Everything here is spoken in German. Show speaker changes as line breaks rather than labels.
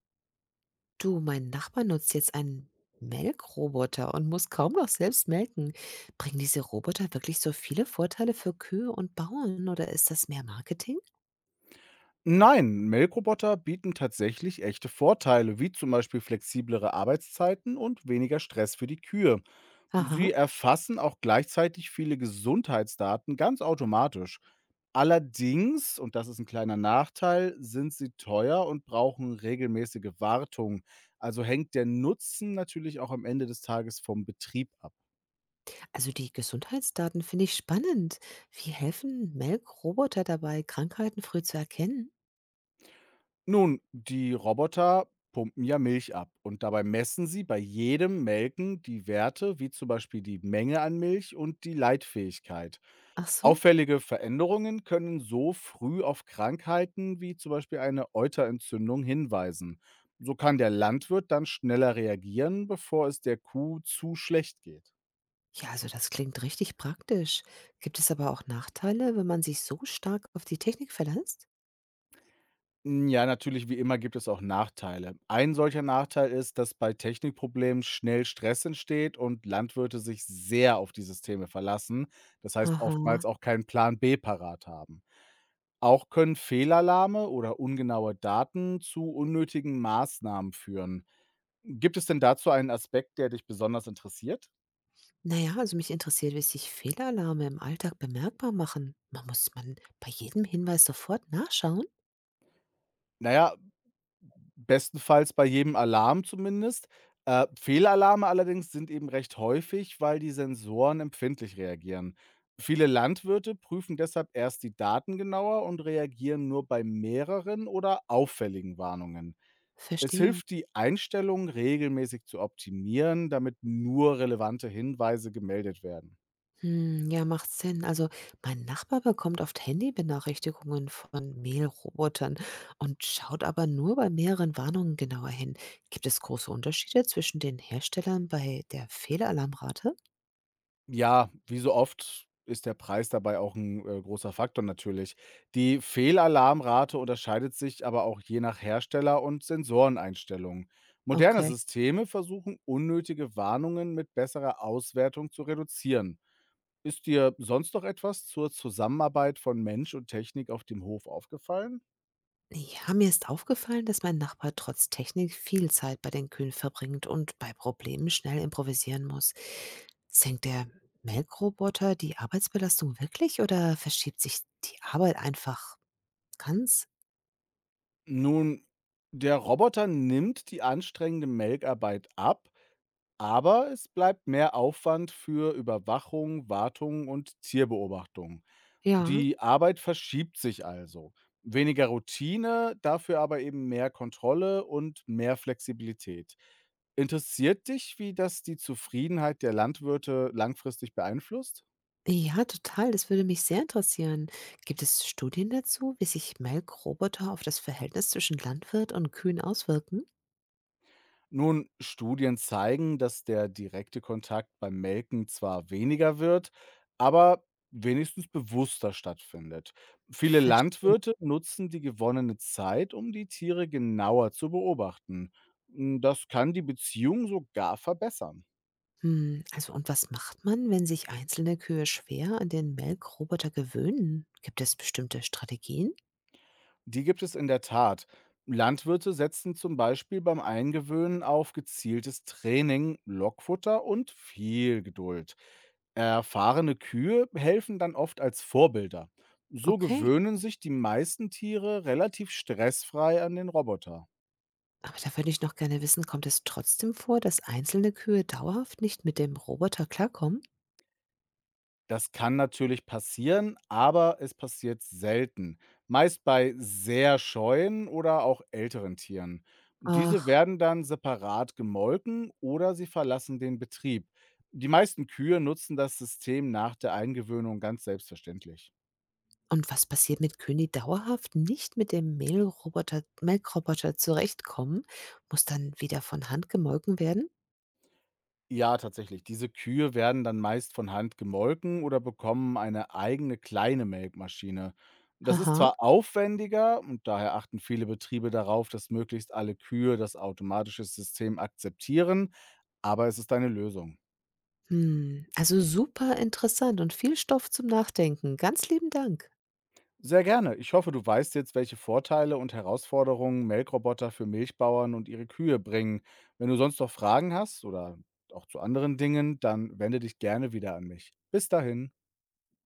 Du, mein Nachbar nutzt jetzt einen Melkroboter und muss kaum noch selbst melken. Bringen diese Roboter wirklich so viele Vorteile für Kühe und Bauern, oder ist das mehr Marketing?
Nein, Melkroboter bieten tatsächlich echte Vorteile, wie zum Beispiel flexiblere Arbeitszeiten und weniger Stress für die Kühe.
Aha.
Sie erfassen auch gleichzeitig viele Gesundheitsdaten ganz automatisch. Allerdings, und das ist ein kleiner Nachteil, sind sie teuer und brauchen regelmäßige Wartung. Also hängt der Nutzen natürlich auch am Ende des Tages vom Betrieb ab.
Also die Gesundheitsdaten finde ich spannend. Wie helfen Melkroboter dabei, Krankheiten früh zu erkennen?
Nun, die Roboter pumpen ja Milch ab und dabei messen sie bei jedem Melken die Werte, wie zum Beispiel die Menge an Milch und die Leitfähigkeit.
Ach so.
Auffällige Veränderungen können so früh auf Krankheiten wie zum Beispiel eine Euterentzündung hinweisen. So kann der Landwirt dann schneller reagieren, bevor es der Kuh zu schlecht geht.
Ja, also das klingt richtig praktisch. Gibt es aber auch Nachteile, wenn man sich so stark auf die Technik verlässt?
Hm, ja, natürlich, wie immer gibt es auch Nachteile. Ein solcher Nachteil ist, dass bei Technikproblemen schnell Stress entsteht und Landwirte sich sehr auf die Systeme verlassen. Das heißt,
Aha.
oftmals auch keinen Plan B parat haben. Auch können Fehlalarme oder ungenaue Daten zu unnötigen Maßnahmen führen. Gibt es denn dazu einen Aspekt, der dich besonders interessiert?
Na ja, also mich interessiert, wie sich Fehlalarme im Alltag bemerkbar machen. Man muss man bei jedem Hinweis sofort nachschauen?
Naja, bestenfalls bei jedem Alarm zumindest. Fehlalarme allerdings sind eben recht häufig, weil die Sensoren empfindlich reagieren. Viele Landwirte prüfen deshalb erst die Daten genauer und reagieren nur bei mehreren oder auffälligen Warnungen. Es
Verstehe.
hilft, die Einstellungen regelmäßig zu optimieren, damit nur relevante Hinweise gemeldet werden.
Hm, ja, macht Sinn. Also mein Nachbar bekommt oft Handybenachrichtigungen von Mailrobotern und schaut aber nur bei mehreren Warnungen genauer hin. Gibt es große Unterschiede zwischen den Herstellern bei der Fehlalarmrate?
Ja, wie so oft ist der Preis dabei auch ein großer Faktor natürlich. Die Fehlalarmrate unterscheidet sich aber auch je nach Hersteller und Sensoreneinstellungen. Moderne
Okay.
Systeme versuchen, unnötige Warnungen mit besserer Auswertung zu reduzieren. Ist dir sonst noch etwas zur Zusammenarbeit von Mensch und Technik auf dem Hof aufgefallen?
Ja, mir ist aufgefallen, dass mein Nachbar trotz Technik viel Zeit bei den Kühen verbringt und bei Problemen schnell improvisieren muss. Senkt der Melkroboter die Arbeitsbelastung wirklich, oder verschiebt sich die Arbeit einfach ganz?
Nun, der Roboter nimmt die anstrengende Melkarbeit ab, aber es bleibt mehr Aufwand für Überwachung, Wartung und Tierbeobachtung.
Ja.
Die Arbeit verschiebt sich also. Weniger Routine, dafür aber eben mehr Kontrolle und mehr Flexibilität. Interessiert dich, wie das die Zufriedenheit der Landwirte langfristig beeinflusst?
Ja, total. Das würde mich sehr interessieren. Gibt es Studien dazu, wie sich Melkroboter auf das Verhältnis zwischen Landwirt und Kühen auswirken?
Nun, Studien zeigen, dass der direkte Kontakt beim Melken zwar weniger wird, aber wenigstens bewusster stattfindet. Viele
Verstehe.
Landwirte nutzen die gewonnene Zeit, um die Tiere genauer zu beobachten. Hm, das kann die Beziehung sogar verbessern.
Hm, also und was macht man, wenn sich einzelne Kühe schwer an den Melkroboter gewöhnen? Gibt es bestimmte Strategien?
Die gibt es in der Tat. Landwirte setzen zum Beispiel beim Eingewöhnen auf gezieltes Training, Lockfutter und viel Geduld. Erfahrene Kühe helfen dann oft als Vorbilder. So
Okay.
gewöhnen sich die meisten Tiere relativ stressfrei an den Roboter.
Aber da würde ich noch gerne wissen, kommt es trotzdem vor, dass einzelne Kühe dauerhaft nicht mit dem Roboter klarkommen?
Das kann natürlich passieren, aber es passiert selten. Meist bei sehr scheuen oder auch älteren Tieren. Und diese
Ach,
werden dann separat gemolken oder sie verlassen den Betrieb. Die meisten Kühe nutzen das System nach der Eingewöhnung ganz selbstverständlich.
und was passiert mit Kühen, die dauerhaft nicht mit dem Mehlroboter, Melkroboter zurechtkommen? Muss dann wieder von Hand gemolken werden?
Ja, tatsächlich. Diese Kühe werden dann meist von Hand gemolken oder bekommen eine eigene kleine Melkmaschine. Das ist
Haha.
zwar aufwendiger und daher achten viele Betriebe darauf, dass möglichst alle Kühe das automatische System akzeptieren, aber es ist eine Lösung.
Hm, also super interessant und viel Stoff zum Nachdenken. Ganz lieben Dank.
Sehr gerne. Ich hoffe, du weißt jetzt, welche Vorteile und Herausforderungen Melkroboter für Milchbauern und ihre Kühe bringen. Wenn du sonst noch Fragen hast oder auch zu anderen Dingen, dann wende dich gerne wieder an mich. Bis dahin.